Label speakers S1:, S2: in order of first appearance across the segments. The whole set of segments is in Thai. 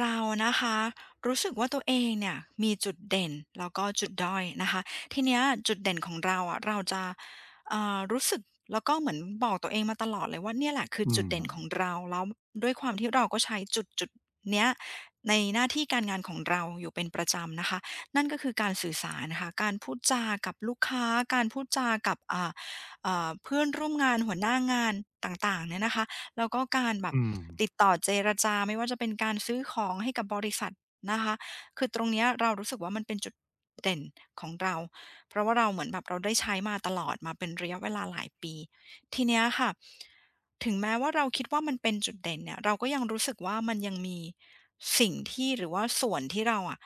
S1: เรานะคะรู้สึกว่าตัวเองเนี่ยมีจุดเด่นแล้วก็จุดด้อยนะคะทีเนี้ยจุดเด่นของเราอะเราจะเอ่ารู้สึกแล้วก็เหมือนบอกตัวเองมาตลอดเลยว่าเนี่ยแหละคือ
S2: อื
S1: จุดเด่นของ
S2: ม
S1: เราแล้วด้วยความที่เราก็ใช้จุดเนี้ยในหน้าที่การงานของเราอยู่เป็นประจำนะคะนั่นก็คือการสื่อสารนะค่ะการพูดจากับลูกค้าการพูดจากับเพื่อนร่วมงานหัวหน้างานต่างๆเนี่ยนะคะ แล้วก็การแบบ
S2: อืม
S1: ติดต่อเจรจาไม่ว่าจะเป็นการซื้อของให้กับบริษัทนะคะคือตรงเนี้ยเรารู้สึกว่ามันเป็นจุดเด่นของเราเพราะว่าเราเหมือนแบบเราได้ใช้มาตลอดมาเป็นระยะเวลาหลายปีทีเนี้ยค่ะถึงแม้ว่าเราคิดว่ามันเป็นจุดเด่นเนี่ยเราก็ยังรู้สึกว่ามันยังมีสิ่งที่หรือว่าส่วนที่เราอะ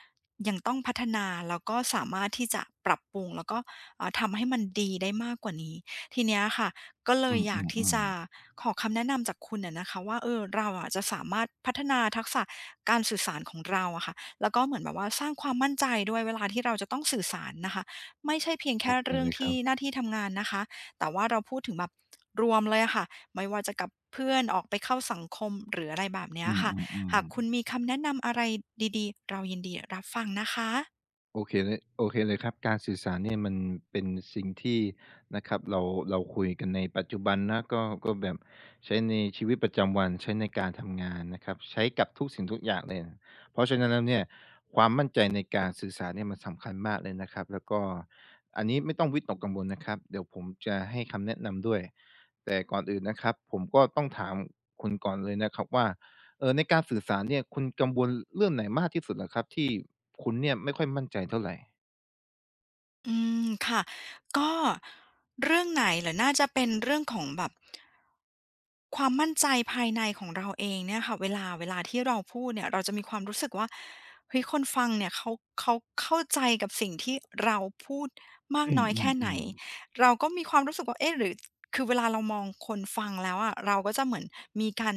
S1: ยังต้องพัฒนาแล้วก็สามารถที่จะปรับปรุงแล้วก็ทำให้มันดีได้มากกว่านี้ทีเนี้ยค่ะ ก็เล
S2: อื
S1: ยอยากที่
S2: ม
S1: จะ
S2: ๆๆ
S1: ขอคำแนะนำจากคุณน่ะนะคะว่าเออเราอะจะสามารถพัฒนาทักษะการสื่อสารของเราอะค่ะแล้วก็เหมือนแบบว่าสร้างความมั่นใจด้วยเวลาที่เราจะต้องสื่อสารนะคะไม่ใช่เพียง
S2: โอ
S1: แค่
S2: เค
S1: เรื่อ
S2: เล
S1: ง
S2: ยค
S1: ที่
S2: รับ
S1: หน้าที่ทำงานนะคะแต่ว่าเราพูดถึงแบบรวมเลยอะค่ะไม่ว่าจะกับเพื่อนออกไปเข้าสังคมหรืออะไรแบบเนี้
S2: อื
S1: ยค่ะ
S2: ม
S1: หากคุณ
S2: ๆ
S1: มี
S2: ๆ
S1: คำแนะนำอะไรดีๆเรายินดีรับฟังนะคะ
S2: โอเคเลยโอเคเลยครับ การสื่อสารเนี่ยมันเป็นสิ่งที่นะครับเราคุยกันในปัจจุบันนะก็แบบใช้ในชีวิตประจำวันใช้ในการทำงานนะครับใช้กับทุกสิ่งทุกอย่างเลยนะเพราะฉะนั้นแล้วเนี่ยความมั่นใจในการสื่อสารเนี่ยมันสำคัญมากเลยนะครับแล้วก็อันนี้ไม่ต้องวิตกกังวลนะครับเดี๋ยวผมจะให้คำแนะนำด้วยแต่ก่อนอื่นนะครับผมก็ต้องถามคุณก่อนเลยนะครับว่า ในการสื่อสารเนี่ยคุณกังวลเรื่องไหนมากที่สุดเหรอครับที่คุณเนี่ยไม่ค่อยมั่นใจเท่าไร
S1: อืมค่ะก็เรื่องไหนเหรอน่าจะเป็นเรื่องของแบบความมั่นใจภายในของเราเองเนี่ยค่ะเวลาที่เราพูดเนี่ยเราจะมีความรู้สึกว่าเฮ้ยคนฟังเนี่ยเขาเข้าใจกับสิ่งที่เราพูดมาก
S2: อื
S1: น้อยแค่ไหน
S2: มๆๆ
S1: เราก็มีความรู้สึกว่าเอ๊ะหรือคือเวลาเรามองคนฟังแล้วอะเราก็จะเหมือนมีการ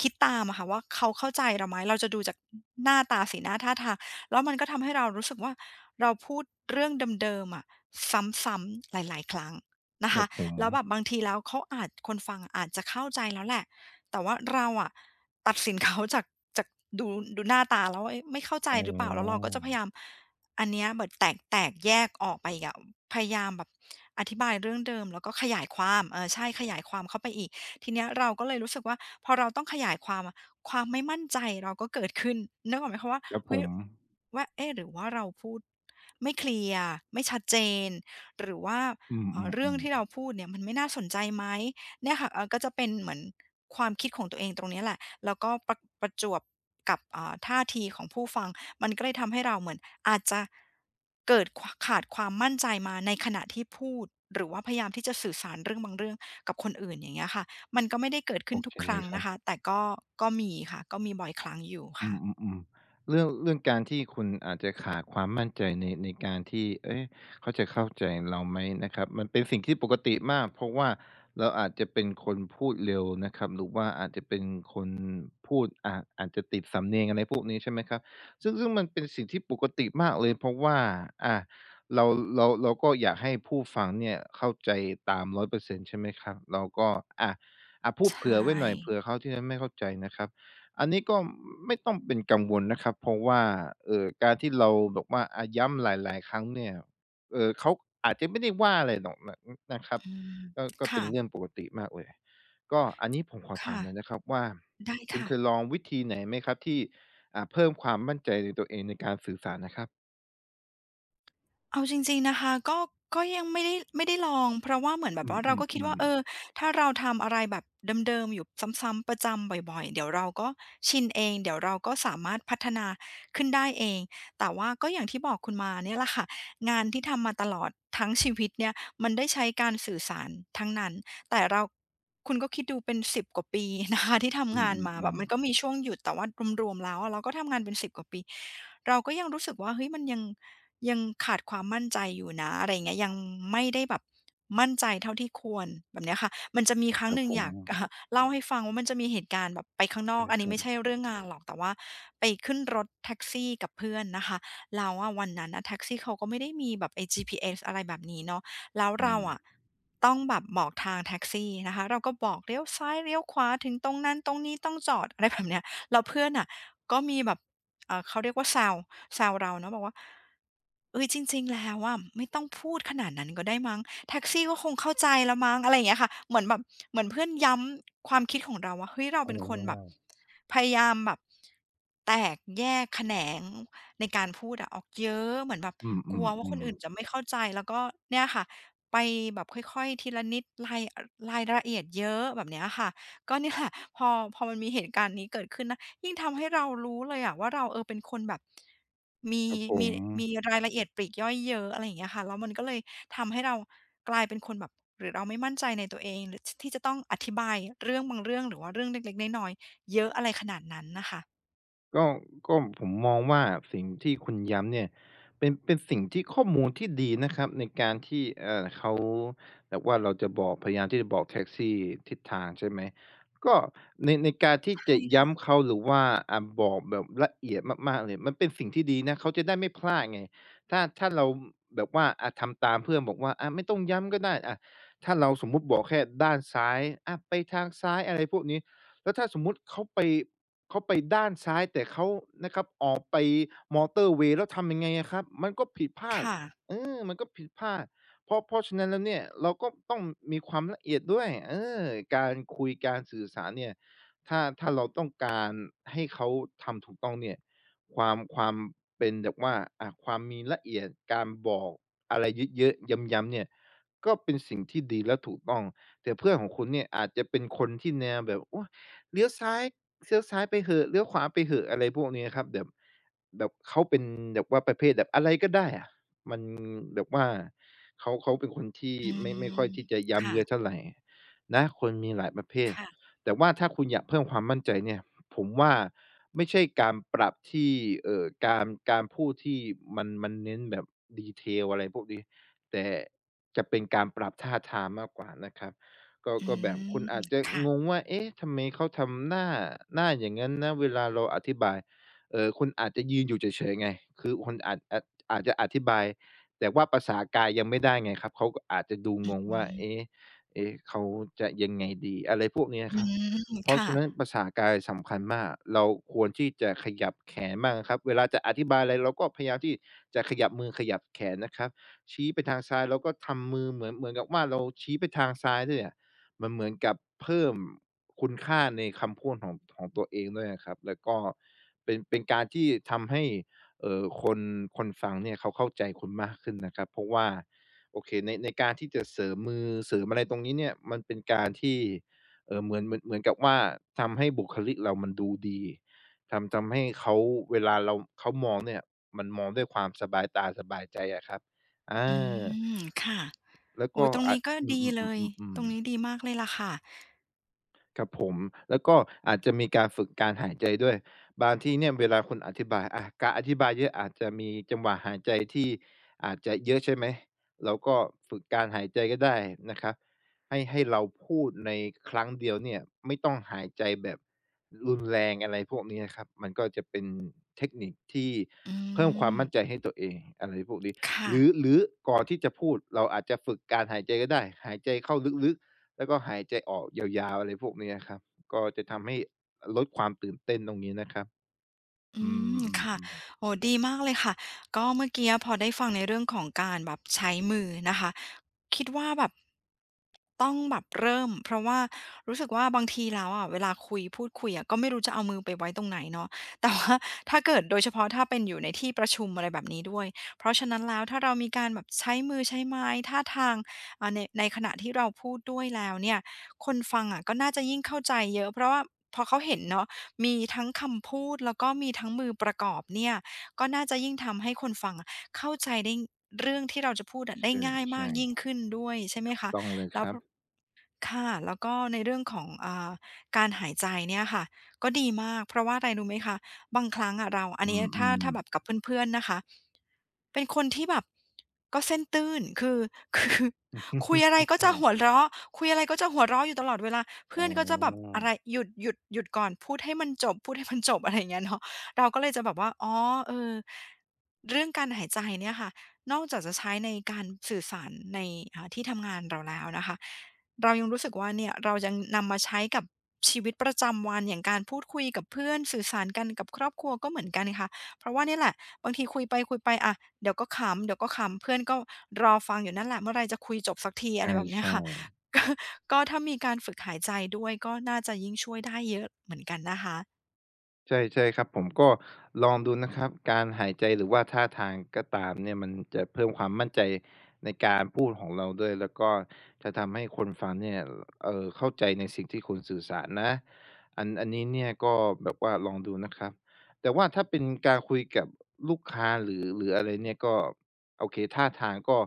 S1: คิดตามอะค่ะว่าเขาเข้าใจเราไหมเราจะดูจากหน้าตาสีหน้าท่าทางแล้วมันก็ทำให้เรารู้สึกว่า เราพูดเรื่องเดิมๆอะซ้ำๆหลายๆครั้งนะ
S2: ครั
S1: คะ
S2: บผม
S1: แล้วแบบบางทีแล้วเขาอาจคนฟังอาจจะเข้าใจแล้วแหละแต่ว่าเราอะตัดสินเขาจากดูดูหน้าตาแล้วว่าเอ๊ะไม่เข้าใจ
S2: อ๋
S1: หรือเปล่าแล้วเรา
S2: อ
S1: ก็จะพยายามอันเนี้ยแบบแตกแยกออกไปอีกอะพยายามแบบอธิบายเรื่องเดิมแล้วก็ขยายความเออใช่ขยายความเข้าไปอีกทีเนี้ยเราก็เลยรู้สึกว่าพอเราต้องขยายความอะความไม่มั่นใจเราก็เกิดขึ้นนึกออกไหมคะว่า
S2: ครับผ
S1: เฮ้ย
S2: ม
S1: ว่าเอ๊ะหรือว่าเราพูดไม่เคลียร์ไม่ชัดเจนหรือว่า
S2: อื
S1: เรื่อง
S2: ม
S1: ที่เรา
S2: ๆ
S1: พูดเนี่ยมันไม่น่าสนใจไหมเนี่ยค่ะก็จะเป็นเหมือนความคิดของตัวเองตรงเนี้ยแหละแล้วก็ประจวบกับท่าทีของผู้ฟังมันก็เลยทำให้เราเหมือนอาจจะเกิดขขาดความมั่นใจมาในขณะที่พูดหรือว่าพยายามที่จะสื่อสารเรื่องบางเรื่องกับคนอื่นอย่างเงี้ยค่ะมันก็ไม่ได้เกิด
S2: ๆ
S1: ขึ้
S2: โอ
S1: นทุ
S2: เค
S1: กค
S2: เล
S1: รั้
S2: ย
S1: ง
S2: ครั
S1: นะ
S2: บ
S1: คะแต่ก็ก็มีค่ะก็มีบ่อยครั้งอยู่
S2: อื
S1: ค่ะ
S2: มอืมอืมเรื่องการที่คุณอาจจะขาดความมั่นใจในการที่เอ้ยเขาจะเข้าใจเราไหมนะครับมันเป็นสิ่งที่ปกติมากเพราะว่าเราอาจจะเป็นคนพูดเร็วนะครับหรือว่าอาจจะเป็นคนพูดอาจจะติดสำเนียงอะไรพวกนี้ใช่ไหมครับซึ่งมันเป็นสิ่งที่ปกติมากเลยเพราะว่าอ่ะเราเราก็อยากให้ผู้ฟังเนี่ยเข้าใจตาม100%ใช่ไหมครับเราก็อะอะพูดเผื่อไว้
S1: ใช่
S2: หน่อยเผื่อเขาที่จะไม่เข้าใจนะครับ อันนี้ก็ไม่ต้องเป็นกังวลนะครับเพราะว่าการที่เราบอกว่าอะย้ำหลายๆครั้งเนี่ยเขาอาจจะไม่ได้ว่าอะไรหรอกนะนะครับ
S1: อืม
S2: ก็เป็นเรื่อ
S1: ค่ะ
S2: งปกติมากเลยก็อันนี้ผมขอถา
S1: ค่ะ
S2: มหน่อยนะครับว่า
S1: ได้
S2: คุณ
S1: ค่ะ
S2: เคยลองวิธีไหนไหมครับที่อ่าเพิ่มความมั่นใจในตัวเองในการสื่อสารนะครับ
S1: เอาจริงๆนะคะก็ก็ยังไม่ได้ลองเพราะว่าเหมือนแบบ
S2: อื
S1: ว่าเราก็คิดว่า
S2: ม
S1: เอ
S2: ๆ
S1: อ
S2: ๆ
S1: ถ้าเราทำอะไรแบบเดิมๆอยู่ซ้ำๆประจำบ่อยๆเดี๋ยวเราก็ชินเองเดี๋ยวเราก็สามารถพัฒนาขึ้นได้เองแต่ว่าก็อย่างที่บอกคุณมาเนี่ยแหละค่ะงานที่ทำมาตลอดทั้งชีวิตเนี่ยมันได้ใช้การสื่อสารทั้งนั้น แต่เราคุณก็คิดดูเป็นสิบกว่าปี นะคะที่
S2: อื
S1: ทำงานมาแบบ
S2: ม
S1: มัน
S2: ๆ
S1: ก็
S2: ๆ
S1: มีช่วงหยุดแต่ว่ารวมๆแล้วอะเราก็ทำงานเป็นสิบกว่าปีเราก็ยังรู้สึกว่าเฮ้ยมันยังขาดความมั่นใจอยู่นะอะไรอย่างเงี้ยยังไม่ได้แบบมั่นใจเท่าที่ควรแบบเนี้ยค่ะมันจะมีครั้
S2: ค
S1: ง
S2: รั
S1: ห
S2: บ
S1: นึ่ง
S2: ผ
S1: อ
S2: ม
S1: ยาก เล่าให้ฟังว่ามันจะมีเหตุการณ์แบบไปข้างนอ
S2: ใช่
S1: กอัน
S2: ค
S1: นี้
S2: รับ
S1: ไม่ใช่เรื่องงานหรอกแต่ว่าไปขึ้นรถแท็กซี่กับเพื่อนนะคะแล้วอะวันนั้นน่ะแท็กซี่เขาก็ไม่ได้มีแบบไอ้ GPS อะไรแบบนี้เนาะ แล้ว
S2: ใช่
S1: เราอะต้องแบบบอกทางแท็กซี่นะคะเราก็บอกเลี้ยวซ้ายเลี้ยวขวาถึงตรงนั้นตรงนี้ต้องจอดอะไรแบบเนี้ยแล้วเพื่อนอ่ะก็มีแบบเขาเรียกว่าแซวแซวเราเนาะบอกว่าเอ้ยจริงๆแล้วว่าไม่ต้องพูดขนาดนั้นก็ได้มั้งแท็กซี่ก็คงเข้าใจละมั้งอะไรอย่างเงี้ยค่ะเหมือนแบบเหมือนเพื่อนย้ำความคิดของเราว่าเฮ้ยเรา
S2: อ๋
S1: เป็นคนแบบ
S2: อ
S1: พยายามแบบแตกแยกแขนงในการพูดอะออกเยอะเหมือนแบบ
S2: อื
S1: กลัวว่าคน
S2: ม
S1: อื่
S2: ๆ
S1: น
S2: ๆ
S1: จะไม่เข้าใจแล้วก็เนี่ยค่ะ ไปแบบค่อยๆทีละนิดรายละเอียดเยอะแบบเนี้ยค่ะก็เนี่ยแหละพอพอมันมีเหตุการณ์นี้เกิดขึ้นนะยิ่งทำให้เรารู้เลยอะว่าเราเออเป็นคนแบบมี
S2: ครับผ
S1: มี
S2: ม
S1: มีรายละเอียดปลีกย่อยเยอะอะไรอย่างเงี้ยค่ะแล้วมันก็เลยทำให้เรากลายเป็นคนแบบหรือเราไม่มั่นใจในตัวเองหรือที่จะต้องอธิบายเรื่องบางเรื่องหรือว่าเรื่องเล็กๆน้อยๆเยอะอะไรขนาดนั้นน่ะค่ะ
S2: ก็ก็ผมมองว่าสิ่งที่คุณย้ำเนี่ยเป็นสิ่งที่ข้อมูลที่ดีนะครับในการที่เขาแบบว่าเราจะบอกพยายามที่จะบอกแท็กซี่ทิศทางใช่ไหมก็ในการที่
S1: ใช่
S2: จะ
S1: ค่ะ
S2: ย้ำเขาหรือว่าอ่าบอกแบบละเอียดมากๆเลยมันเป็นสิ่งที่ดีนะเขาจะได้ไม่พลาดไงถ้าเราแบบว่าอ่าทำตามเพื่อนบอกว่าอ่าไม่ต้องย้ำก็ได้อ่าถ้าเราสมมุติบอกแค่ด้านซ้ายอ่าไปทางซ้ายอะไรพวกนี้แล้วถ้าสมมุติเขาไป เขาไปด้านซ้ายแต่เขานะครับออกไปมอเตอร์เวย์แล้วทำยังไงอะครับมันก็ผิดพลาด
S1: ค่ะ
S2: เออมันก็ผิดพลาดเพราะฉะนั้นแล้วเนี่ยเราก็ต้องมีความละเอียดด้วยเออการคุยการสื่อสารเนี่ยถ้าเราต้องการให้เขาทำถูกต้องเนี่ยความเป็นแบบว่าอะความมีละเอียดการบอกอะไรเยอะๆย้ำๆเนี่ยก็เป็นสิ่งที่ดีและถูกต้องแต่เพื่อนของคุณเนี่ยอาจจะเป็นคนที่แนวแบบโอ๊ยเลี้ยวซ้าย เลี้ยวซ้ายไปเหอะเลี้ยวขวาไปเหอะอะไรพวกนี้ครับแบบเขาเป็นแบบว่าประเภทแบบอะไรก็ได้อะมันแบบว่าเขาเป็นคนที่
S1: อื
S2: ไม่ค่
S1: ม
S2: อยที่จะย้ำ
S1: ค่ะ
S2: เยอะเท่าไรนะคนมีหลายประเภท
S1: ค่ะ
S2: แต่ว่าถ้าคุณอยากเพิ่มความมั่นใจเนี่ยผมว่าไม่ใช่การปรับที่เอ่อการการพูดที่มันเน้นแบบ detail อะไรพวกนี้แต่จะเป็นการปรับท่าทางมากกว่านะครับ ก็
S1: อื
S2: ก็แบบคุณ
S1: ม
S2: อาจจะ
S1: ค่ะ
S2: งงว่าเอ๊ะทำไมเขาทำหน้าหน้าอย่างงั้นนะเวลาเราอธิบายคุณอาจจะยืนอยู่เฉยๆไงคือคุณอาจจะอธิบายแต่ว่าภาษากายยังไม่ได้ไงครับเขาก็อาจจะดูงง
S1: อื
S2: ว่า
S1: ม
S2: เอ๊ะเอ๊ะเขาจะยังไงดีอะไรพวกนี้
S1: อื
S2: ครับ
S1: ม
S2: เพราะ
S1: ค่ะ
S2: ฉะนั้นภาษากายสำคัญมากเราควรที่จะขยับแขนบ้างครับเวลาจะอธิบายอะไรเราก็พยายามที่จะขยับมือขยับแขนนะครับชี้ไปทางซ้ายเราก็ทำมือเหมือนกับว่าเราชี้ไปทางซ้ายด้วยอะ มันเหมือนกับเพิ่มคุณค่าในคำพูดของตัวเองด้วยนะครับแล้วก็เป็นการที่ทำให้เอ่อคนคนฟังเนี่ยเขาเข้าใจคุณมากขึ้นนะครับเพราะว่าจะเสริมมือเสริมอะไรตรงนี้เนี่ยมันเป็นการที่เออเหมือนกับว่าทำให้บุคลิกเรามันดูดีทำให้เขาเวลาเราเขามองเนี่ยมันมองด้วยความสบายตาสบายใจอะครับ
S1: อื
S2: อา
S1: มค่ะ
S2: แล้ว
S1: โอ้
S2: ก็
S1: ยตรง
S2: อะ
S1: นี้ก็
S2: อืม
S1: ดี
S2: อม
S1: เล
S2: อื
S1: ย
S2: มอืม
S1: ตรงนี้ดีมากเลยล่ะค่ะ
S2: ครับผมแล้วก็อาจจะมีการฝึกการหายใจด้วยบางที่เนี่ยเวลาคุณอธิบายอะการอธิบายเยอะอาจจะมีจังหวะหายใจที่อาจจะเยอะใช่ไหมเราก็ฝึกการหายใจก็ได้นะครับให้เราพูดในครั้งเดียวเนี่ยไม่ต้องหายใจแบบรุนแรงอะไรพวกนี้นะครับมันก็จะเป็นเทคนิคที่
S1: อื
S2: เพิ่มความ
S1: ม
S2: มั่นใจให้ตัวเองอะไรพวกนี้
S1: ค่ะ
S2: หรือก่อนที่จะพูดเราอาจจะฝึกการหายใจก็ได้หายใจเข้าลึกๆ แล้วก็หายใจออกยาวๆอะไรพวกเนี้ยครับก็จะทำให้ลดความตื่นเต้นตรงนี้นะครับ
S1: อื
S2: อื
S1: มค่ะ
S2: มๆ
S1: โอ้ดีมากเลยค่ะก็เมื่อกี้พอได้ฟังในเรื่องของการแบบใช้มือนะคะคิดว่าแบบต้องแบบเริ่มเพราะว่ารู้สึกว่าบางทีแล้วอะเวลาคุยพูดคุยอะก็ไม่รู้จะเอามือไปไว้ตรงไหนเนาะ แต่ว่าถ้าเกิดโดยเฉพาะถ้าเป็นอยู่ในที่ประชุมอะไรแบบนี้ด้วยเพราะฉะนั้นแล้วถ้าเรามีการแบบใช้มือใช้ไม้ท่าทางในในขณะที่เราพูดด้วยแล้วเนี่ยคนฟังอะก็น่าจะยิ่งเข้าใจเยอะเพราะว่าพอเขาเห็นเนาะ มีทั้งคำพูดแล้วก็มีทั้งมือประกอบเนี่ยก็น่าจะยิ่งทำให้คนฟังอะเข้าใจได้เรื่องที่เราจะพูดอะ
S2: ๆ
S1: ได้
S2: ใช่
S1: ง่ายมาก
S2: ใช่
S1: ยิ่งขึ้นด้วยใช่ไหม
S2: ถูก
S1: คะ
S2: ต้องเลย
S1: แล้
S2: ค
S1: ว
S2: รั
S1: พ
S2: บ
S1: ค่ะแล้วก็ในเรื่องของการหายใจเนี่ยค่ะก็ดีมากเพราะว่าอะไรรู้ไหมคะบางครั้งอะเราอัน
S2: อื
S1: นี้ถ้า
S2: ม
S1: ถ้า
S2: ๆ
S1: แบบกับเพื่อนๆนะคะเป็นคนที่แบบก็เส้นตื้นคือ คุยอะไรก็จะ หัวเราะคุยอะไรก็จะหัวเราะอยู่ตลอดเวลาเพื่
S2: อ๋
S1: อนก็จะแบบ
S2: อ
S1: อะไรหยุดก่อนพูดให้มันจบพูดให้มันจบ อะไรอย่างเงี้ยเนาะเราก็เลยจะแบบว่าอ๋อเออเรื่องการหายใจเนี่ยค่ะนอกจากจะใช้ในการสื่อสารในที่ทำงานเราแล้วนะคะ เรายังรู้สึกว่าเนี่ยเรายังนำมาใช้กับชีวิตประจำวันอย่างการพูดคุยกับเพื่อนสื่อสารกันกับครอบครัวก็เหมือนกันค่ะเพราะว่าเนี่ยแหละบางทีคุยไปคุยไปอะเดี๋ยวก็ขำเดี๋ยวก็ขำเพื่อนก็รอฟังอยู่นั่นแหละเมื่อไรจะคุยจบสักที
S2: ใ
S1: อะไรแบบเนี้ย
S2: ช่
S1: ค่ะ
S2: ๆ
S1: ก็ก็ถ้ามีการฝึกหายใจด้วยก็น่าจะยิ่งช่วยได้เยอะเหมือนกันนะคะ
S2: ใช่ใช่ครับผมก็ลองดูนะครับการหายใจหรือว่าท่าทางก็ตามเนี่ยมันจะเพิ่มความมั่นใจในการพูดของเราด้วยแล้วก็จะทำให้คนฟังเนี่ยเข้าใจในสิ่งที่คุณสื่อสารนะอันนี้เนี่ยก็แบบว่าลองดูนะครับแต่ว่าถ้าเป็นการคุยกับลูกค้าหรืออะไรเนี่ยก็โอเคท่าทางก็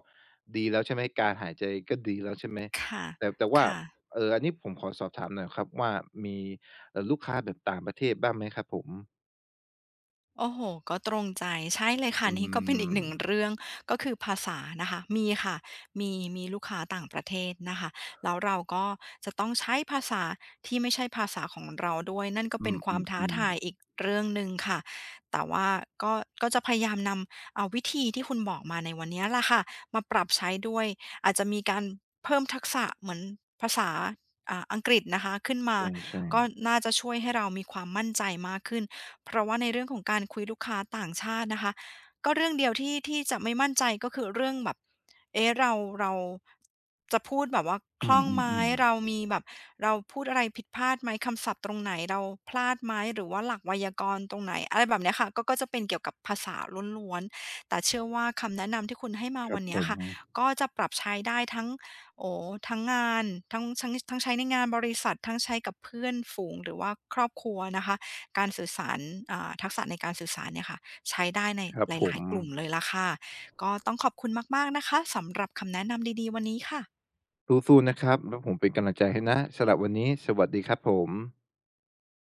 S2: ดีแล้วใช่ไหมการหายใจก็ดีแล้วใช่ไหม
S1: ค่ะ
S2: แต่ว่า
S1: ค่ะ
S2: อันนี้ผมขอสอบถามหน่อยครับว่ามี ลูกค้าแบบต่างประเทศบ้างไหมครับผม
S1: โอ้โฮก็ตรงใจใช่เลยค่ะ
S2: อื
S1: นี่ก็เป็นอีกห
S2: ม
S1: นึ่งเรื่องก็คือภาษานะคะมีค่ะมีลูกค้าต่างประเทศนะคะแล้วเราก็จะต้องใช้ภาษาที่ไม่ใช่ภาษาของเราด้วยนั่นก็
S2: อื
S1: เป็นความท้า
S2: ม
S1: ทาย
S2: ๆๆ
S1: อีกเรื่องหนึ่งค่ะแต่ว่าก็ก็จะพยายามนำเอาวิธีที่คุณบอกมาในวันเนี้ยแหละค่ะมาปรับใช้ด้วยอาจจะมีการเพิ่มทักษะเหมือนภาษาอังกฤษนะคะขึ้นมา
S2: ใช่
S1: ก็
S2: ๆ
S1: น่าจะช่วยให้เรามีความมั่นใจมากขึ้น เพราะว่าในเรื่องของการคุยลูกค้าต่างชาตินะคะก็เรื่องเดียวที่จะไม่มั่นใจก็คือเรื่องแบบเอ๊ะเราจะพูดแบบว่าค
S2: อื
S1: ล่องไหม
S2: มๆๆ
S1: เรามีแบบเราพูดอะไรผิดพลาดไหมคำศัพท์ตรงไหนเราพลาดไหมหรือว่าหลักไวยากรณ์ตรงไหนอะไรแบบเนี้ยค่ะก็ก็จะเป็นเกี่ยวกับภาษาล้วนๆแต่เชื่อว่าคำแนะนำที่คุณให้มา
S2: ครั
S1: วั
S2: บ
S1: น
S2: ผ
S1: เนี้ย
S2: ม
S1: ค่ะก็จะปรับใช้ได้ทั้งโอ้ทั้งงานทั้งใช้ในงานบริษัททั้งใช้กับเพื่อนฝูงหรือว่าครอบครัวนะคะ การสื่อสารอ่าทักษะในการสื่อสารเนี่ยค่ะใช้ได้ใน
S2: ครับ
S1: ห
S2: ผ
S1: ลา
S2: ม
S1: ยๆกลุ่มเลยล่ะค่ะก็ต้องขอบคุณมากๆนะคะสำหรับคำแนะนำดีๆวันนี้ค่ะ
S2: สู้ๆนะครับ แล้วผมเป็นกำลังใจให้นะสำหรับวันนี้ สวัสดีครับผม